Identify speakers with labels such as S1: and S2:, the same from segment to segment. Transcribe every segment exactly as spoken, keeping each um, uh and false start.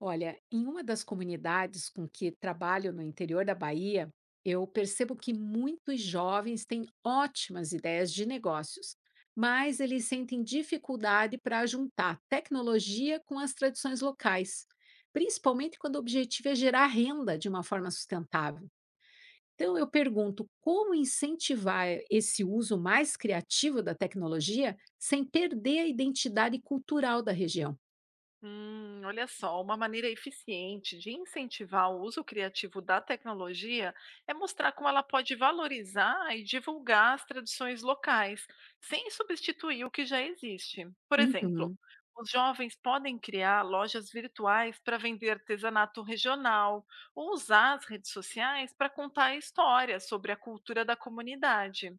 S1: Olha, em uma das comunidades com que trabalho no interior da Bahia, eu percebo que muitos jovens têm ótimas ideias de negócios, mas eles sentem dificuldade para juntar tecnologia com as tradições locais, principalmente quando o objetivo é gerar renda de uma forma sustentável. Então, eu pergunto como incentivar esse uso mais criativo da tecnologia sem perder a identidade cultural da região.
S2: Hum, olha só, uma maneira eficiente de incentivar o uso criativo da tecnologia é mostrar como ela pode valorizar e divulgar as tradições locais, sem substituir o que já existe. Por exemplo,
S1: Uhum.
S2: os jovens podem criar lojas virtuais para vender artesanato regional ou usar as redes sociais para contar histórias sobre a cultura da comunidade.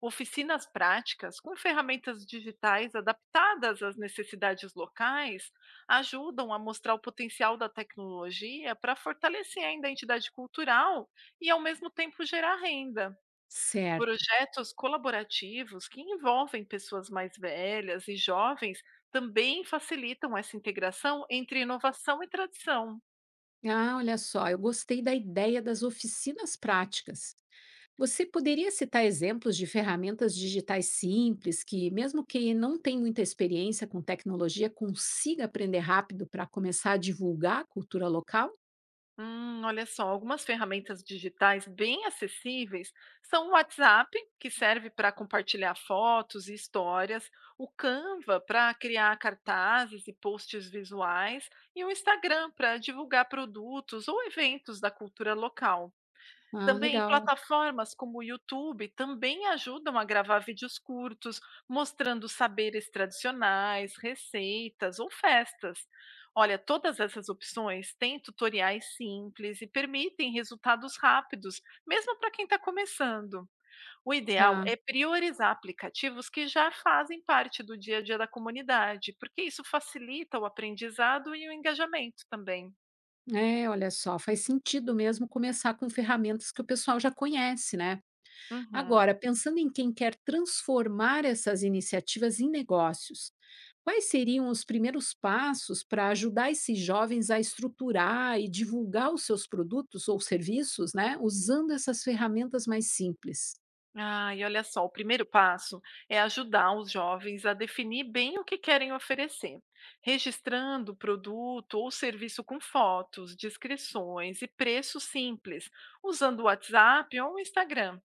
S2: Oficinas práticas com ferramentas digitais adaptadas às necessidades locais ajudam a mostrar o potencial da tecnologia para fortalecer a identidade cultural e, ao mesmo tempo, gerar renda.
S1: Certo.
S2: Projetos colaborativos que envolvem pessoas mais velhas e jovens também facilitam essa integração entre inovação e tradição.
S1: Ah, olha só, eu gostei da ideia das oficinas práticas. Você poderia citar exemplos de ferramentas digitais simples que, mesmo quem não tem muita experiência com tecnologia, consiga aprender rápido para começar a divulgar a cultura local?
S2: Hum, olha só, algumas ferramentas digitais bem acessíveis são o WhatsApp, que serve para compartilhar fotos e histórias, o Canva para criar cartazes e posts visuais, e o Instagram para divulgar produtos ou eventos da cultura local.
S1: Ah,
S2: Também
S1: legal.
S2: plataformas como o YouTube também ajudam a gravar vídeos curtos, mostrando saberes tradicionais, receitas ou festas. Olha, todas essas opções têm tutoriais simples e permitem resultados rápidos, mesmo para quem está começando. O ideal
S1: Tá.
S2: é priorizar aplicativos que já fazem parte do dia a dia da comunidade, porque isso facilita o aprendizado e o engajamento também.
S1: É, olha só, faz sentido mesmo começar com ferramentas que o pessoal já conhece, né?
S2: Uhum.
S1: Agora, pensando em quem quer transformar essas iniciativas em negócios, quais seriam os primeiros passos para ajudar esses jovens a estruturar e divulgar os seus produtos ou serviços, né, usando essas ferramentas mais simples?
S2: Ah, e olha só, o primeiro passo é ajudar os jovens a definir bem o que querem oferecer, registrando o produto ou serviço com fotos, descrições e preço simples, usando o WhatsApp ou o Instagram.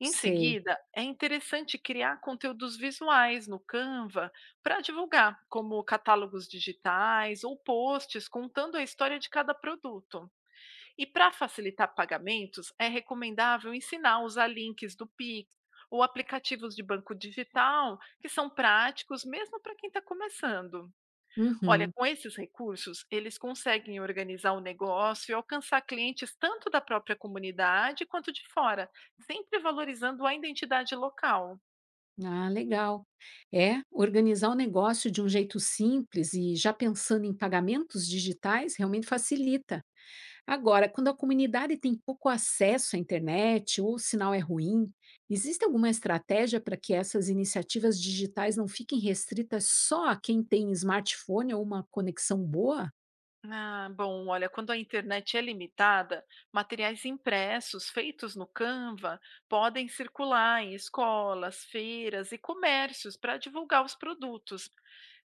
S2: Em
S1: Sei.
S2: seguida, é interessante criar conteúdos visuais no Canva para divulgar, como catálogos digitais ou posts contando a história de cada produto. E para facilitar pagamentos, é recomendável ensinar a usar links do Pix ou aplicativos de banco digital, que são práticos mesmo para quem está começando. Olha,
S1: Uhum.
S2: com esses recursos, eles conseguem organizar o negócio e alcançar clientes tanto da própria comunidade quanto de fora, sempre valorizando a identidade local.
S1: Ah, legal. É, organizar o negócio de um jeito simples e já pensando em pagamentos digitais realmente facilita. Agora, quando a comunidade tem pouco acesso à internet ou o sinal é ruim, existe alguma estratégia para que essas iniciativas digitais não fiquem restritas só a quem tem smartphone ou uma conexão boa?
S2: Ah, bom, olha, quando a internet é limitada, materiais impressos feitos no Canva podem circular em escolas, feiras e comércios para divulgar os produtos.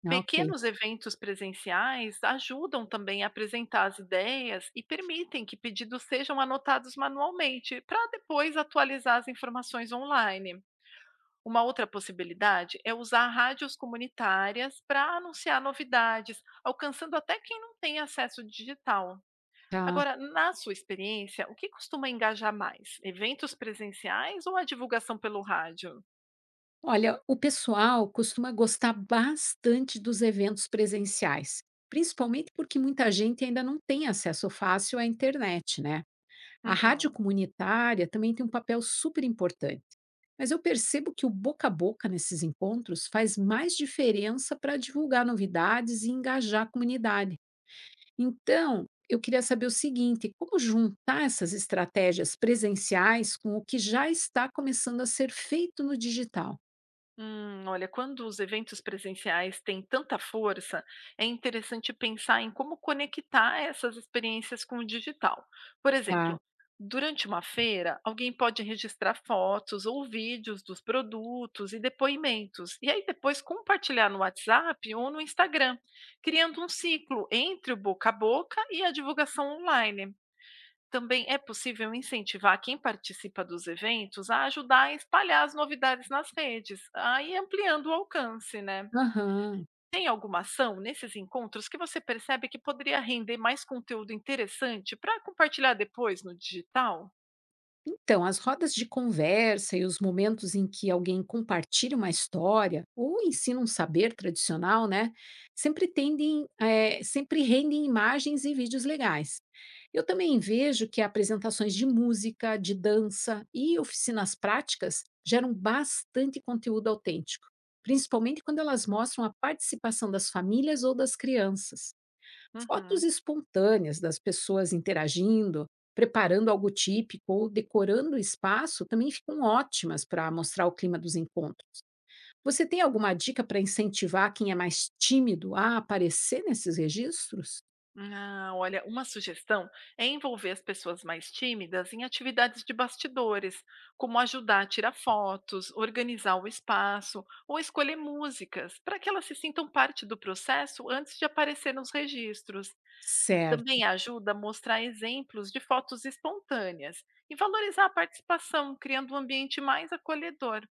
S1: Ah, ok.
S2: Pequenos eventos presenciais ajudam também a apresentar as ideias e permitem que pedidos sejam anotados manualmente para depois atualizar as informações online. Uma outra possibilidade é usar rádios comunitárias para anunciar novidades, alcançando até quem não tem acesso digital.
S1: Tá.
S2: Agora, na sua experiência, o que costuma engajar mais? Eventos presenciais ou a divulgação pelo rádio?
S1: Olha, o pessoal costuma gostar bastante dos eventos presenciais, principalmente porque muita gente ainda não tem acesso fácil à internet, né? A rádio
S2: Uhum.
S1: comunitária também tem um papel super importante. Mas eu percebo que o boca a boca nesses encontros faz mais diferença para divulgar novidades e engajar a comunidade. Então, eu queria saber o seguinte: como juntar essas estratégias presenciais com o que já está começando a ser feito no digital?
S2: Hum, olha, quando os eventos presenciais têm tanta força, é interessante pensar em como conectar essas experiências com o digital. Por
S1: Tá.
S2: exemplo, durante uma feira, alguém pode registrar fotos ou vídeos dos produtos e depoimentos, e aí depois compartilhar no WhatsApp ou no Instagram, criando um ciclo entre o boca a boca e a divulgação online. Também é possível incentivar quem participa dos eventos a ajudar a espalhar as novidades nas redes, aí ampliando o alcance, né?
S1: Aham.
S2: Tem alguma ação nesses encontros que você percebe que poderia render mais conteúdo interessante para compartilhar depois no digital?
S1: Então, as rodas de conversa e os momentos em que alguém compartilha uma história ou ensina um saber tradicional, né? Sempre tendem, eh, sempre rendem imagens e vídeos legais. Eu também vejo que apresentações de música, de dança e oficinas práticas geram bastante conteúdo autêntico, principalmente quando elas mostram a participação das famílias ou das crianças. Fotos
S2: Uhum.
S1: espontâneas das pessoas interagindo, preparando algo típico ou decorando o espaço também ficam ótimas para mostrar o clima dos encontros. Você tem alguma dica para incentivar quem é mais tímido a aparecer nesses registros?
S2: Ah, olha, uma sugestão é envolver as pessoas mais tímidas em atividades de bastidores, como ajudar a tirar fotos, organizar o espaço ou escolher músicas, para que elas se sintam parte do processo antes de aparecer nos registros.
S1: Certo.
S2: Também ajuda a mostrar exemplos de fotos espontâneas e valorizar a participação, criando um ambiente mais acolhedor.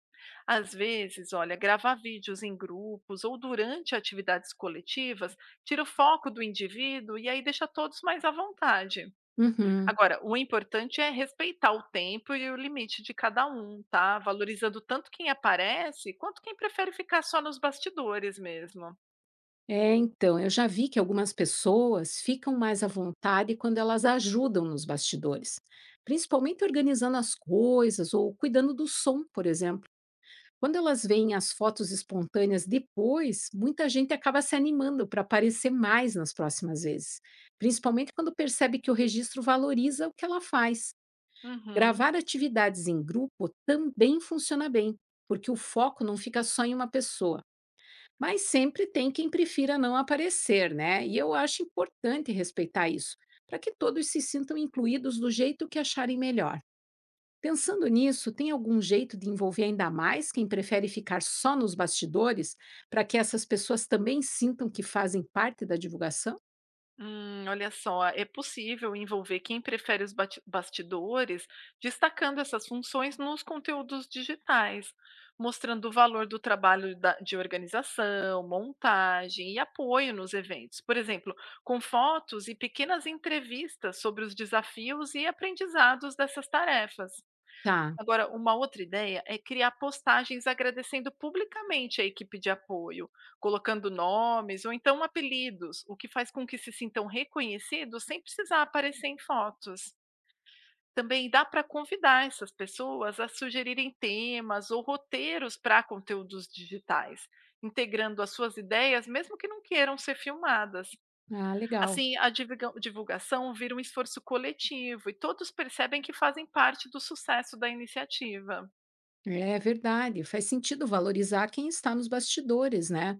S2: Às vezes, olha, gravar vídeos em grupos ou durante atividades coletivas tira o foco do indivíduo e aí deixa todos mais à vontade.
S1: Uhum.
S2: Agora, o importante é respeitar o tempo e o limite de cada um, tá? Valorizando tanto quem aparece quanto quem prefere ficar só nos bastidores mesmo.
S1: É, então, eu já vi que algumas pessoas ficam mais à vontade quando elas ajudam nos bastidores, principalmente organizando as coisas ou cuidando do som, por exemplo. Quando elas veem as fotos espontâneas depois, muita gente acaba se animando para aparecer mais nas próximas vezes, principalmente quando percebe que o registro valoriza o que ela faz.
S2: Uhum.
S1: Gravar atividades em grupo também funciona bem, porque o foco não fica só em uma pessoa, mas sempre tem quem prefira não aparecer, né? E eu acho importante respeitar isso, para que todos se sintam incluídos do jeito que acharem melhor. Pensando nisso, tem algum jeito de envolver ainda mais quem prefere ficar só nos bastidores para que essas pessoas também sintam que fazem parte da divulgação?
S2: Hum, olha só, é possível envolver quem prefere os bati- bastidores, destacando essas funções nos conteúdos digitais, mostrando o valor do trabalho da- de organização, montagem e apoio nos eventos. Por exemplo, com fotos e pequenas entrevistas sobre os desafios e aprendizados dessas tarefas.
S1: Tá.
S2: Agora, uma outra ideia é criar postagens agradecendo publicamente a equipe de apoio, colocando nomes ou então apelidos, o que faz com que se sintam reconhecidos sem precisar aparecer em fotos. Também dá para convidar essas pessoas a sugerirem temas ou roteiros para conteúdos digitais, integrando as suas ideias, mesmo que não queiram ser filmadas.
S1: Ah, legal.
S2: Assim, a divulga- divulgação vira um esforço coletivo e todos percebem que fazem parte do sucesso da iniciativa.
S1: É verdade, faz sentido valorizar quem está nos bastidores, né?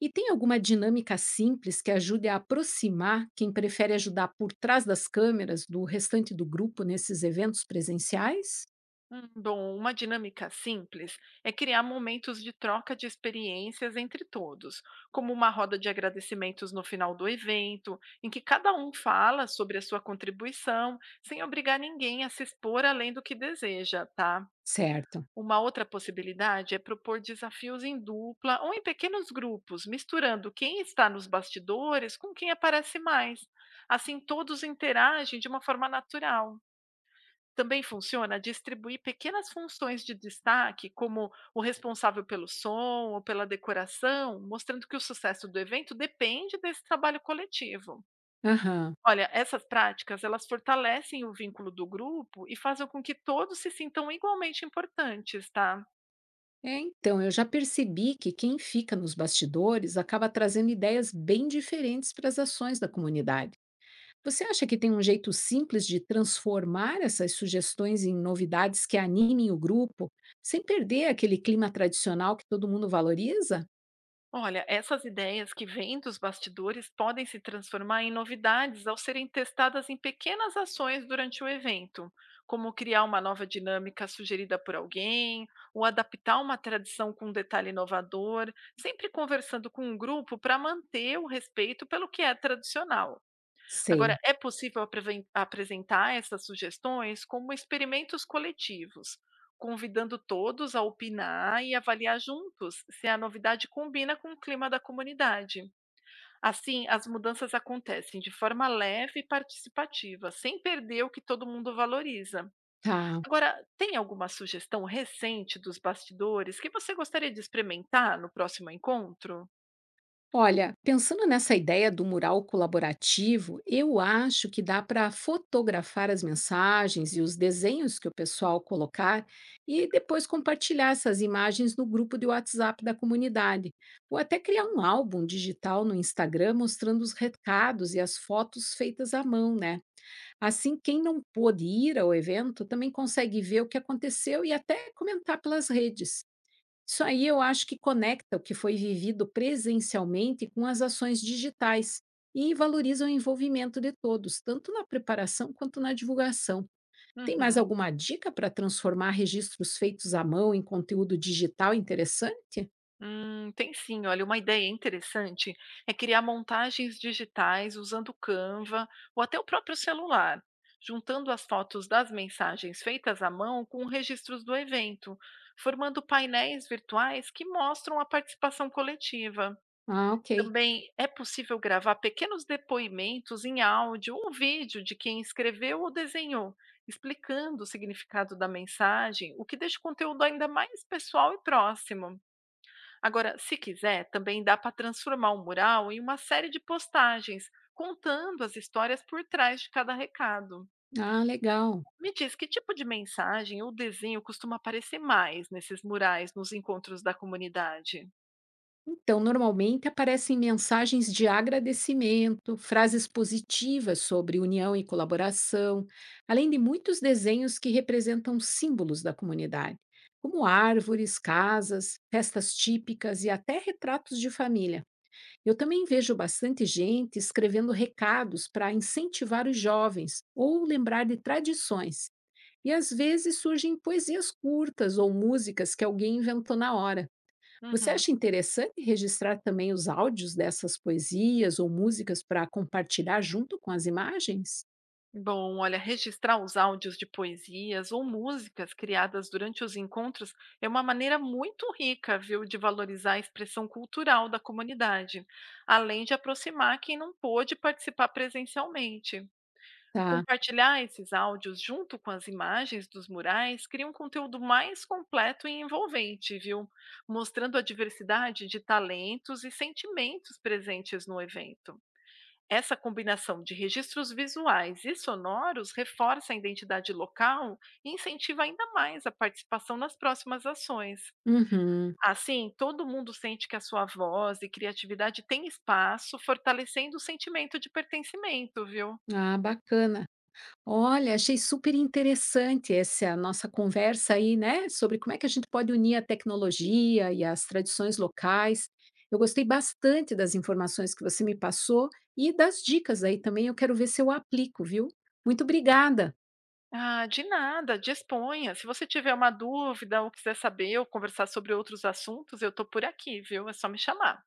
S1: E tem alguma dinâmica simples que ajude a aproximar quem prefere ajudar por trás das câmeras do restante do grupo nesses eventos presenciais?
S2: Hum, Bom, uma dinâmica simples é criar momentos de troca de experiências entre todos, como uma roda de agradecimentos no final do evento, em que cada um fala sobre a sua contribuição, sem obrigar ninguém a se expor além do que deseja, tá?
S1: Certo.
S2: Uma outra possibilidade é propor desafios em dupla ou em pequenos grupos, misturando quem está nos bastidores com quem aparece mais. Assim, todos interagem de uma forma natural. Também funciona distribuir pequenas funções de destaque, como o responsável pelo som ou pela decoração, mostrando que o sucesso do evento depende desse trabalho coletivo.
S1: Aham.
S2: Olha, essas práticas, elas fortalecem o vínculo do grupo e fazem com que todos se sintam igualmente importantes, tá?
S1: É, então, eu já percebi que quem fica nos bastidores acaba trazendo ideias bem diferentes para as ações da comunidade. Você acha que tem um jeito simples de transformar essas sugestões em novidades que animem o grupo, sem perder aquele clima tradicional que todo mundo valoriza?
S2: Olha, essas ideias que vêm dos bastidores podem se transformar em novidades ao serem testadas em pequenas ações durante o evento, como criar uma nova dinâmica sugerida por alguém, ou adaptar uma tradição com um detalhe inovador, sempre conversando com o grupo para manter o respeito pelo que é tradicional. Agora,
S1: Sei.
S2: é possível apreven- apresentar essas sugestões como experimentos coletivos, convidando todos a opinar e avaliar juntos se a novidade combina com o clima da comunidade. Assim, as mudanças acontecem de forma leve e participativa, sem perder o que todo mundo valoriza.
S1: Tá.
S2: Agora, tem alguma sugestão recente dos bastidores que você gostaria de experimentar no próximo encontro?
S1: Olha, pensando nessa ideia do mural colaborativo, eu acho que dá para fotografar as mensagens e os desenhos que o pessoal colocar e depois compartilhar essas imagens no grupo de WhatsApp da comunidade. Ou até criar um álbum digital no Instagram mostrando os recados e as fotos feitas à mão, né? Assim, quem não pôde ir ao evento também consegue ver o que aconteceu e até comentar pelas redes. Isso aí eu acho que conecta o que foi vivido presencialmente com as ações digitais e valoriza o envolvimento de todos, tanto na preparação quanto na divulgação. Tem mais
S2: Uhum.
S1: alguma dica para transformar registros feitos à mão em conteúdo digital interessante?
S2: Hum, tem sim, olha, uma ideia interessante é criar montagens digitais usando Canva ou até o próprio celular, juntando as fotos das mensagens feitas à mão com registros do evento, formando painéis virtuais que mostram a participação coletiva.
S1: Ah, ok.
S2: Também é possível gravar pequenos depoimentos em áudio ou vídeo de quem escreveu ou desenhou, explicando o significado da mensagem, o que deixa o conteúdo ainda mais pessoal e próximo. Agora, se quiser, também dá para transformar o mural em uma série de postagens, contando as histórias por trás de cada recado.
S1: Ah, legal.
S2: Me diz que tipo de mensagem ou desenho costuma aparecer mais nesses murais nos encontros da comunidade?
S1: Então, normalmente aparecem mensagens de agradecimento, frases positivas sobre união e colaboração, além de muitos desenhos que representam símbolos da comunidade, como árvores, casas, festas típicas e até retratos de família. Eu também vejo bastante gente escrevendo recados para incentivar os jovens ou lembrar de tradições. E às vezes surgem poesias curtas ou músicas que alguém inventou na hora. Você
S2: Uhum.
S1: acha interessante registrar também os áudios dessas poesias ou músicas para compartilhar junto com as imagens?
S2: Bom, olha, registrar os áudios de poesias ou músicas criadas durante os encontros é uma maneira muito rica, viu, de valorizar a expressão cultural da comunidade, além de aproximar quem não pôde participar presencialmente.
S1: Tá.
S2: Compartilhar esses áudios junto com as imagens dos murais cria um conteúdo mais completo e envolvente, viu? Mostrando a diversidade de talentos e sentimentos presentes no evento. Essa combinação de registros visuais e sonoros reforça a identidade local e incentiva ainda mais a participação nas próximas ações.
S1: Uhum.
S2: Assim, todo mundo sente que a sua voz e criatividade têm espaço, fortalecendo o sentimento de pertencimento, viu?
S1: Ah, bacana. Olha, achei super interessante essa nossa conversa aí, né? Sobre como é que a gente pode unir a tecnologia e as tradições locais. Eu gostei bastante das informações que você me passou e das dicas aí também. Eu quero ver se eu aplico, viu? Muito obrigada.
S2: Ah, de nada, disponha. Se você tiver uma dúvida ou quiser saber ou conversar sobre outros assuntos, eu estou por aqui, viu? É só me chamar.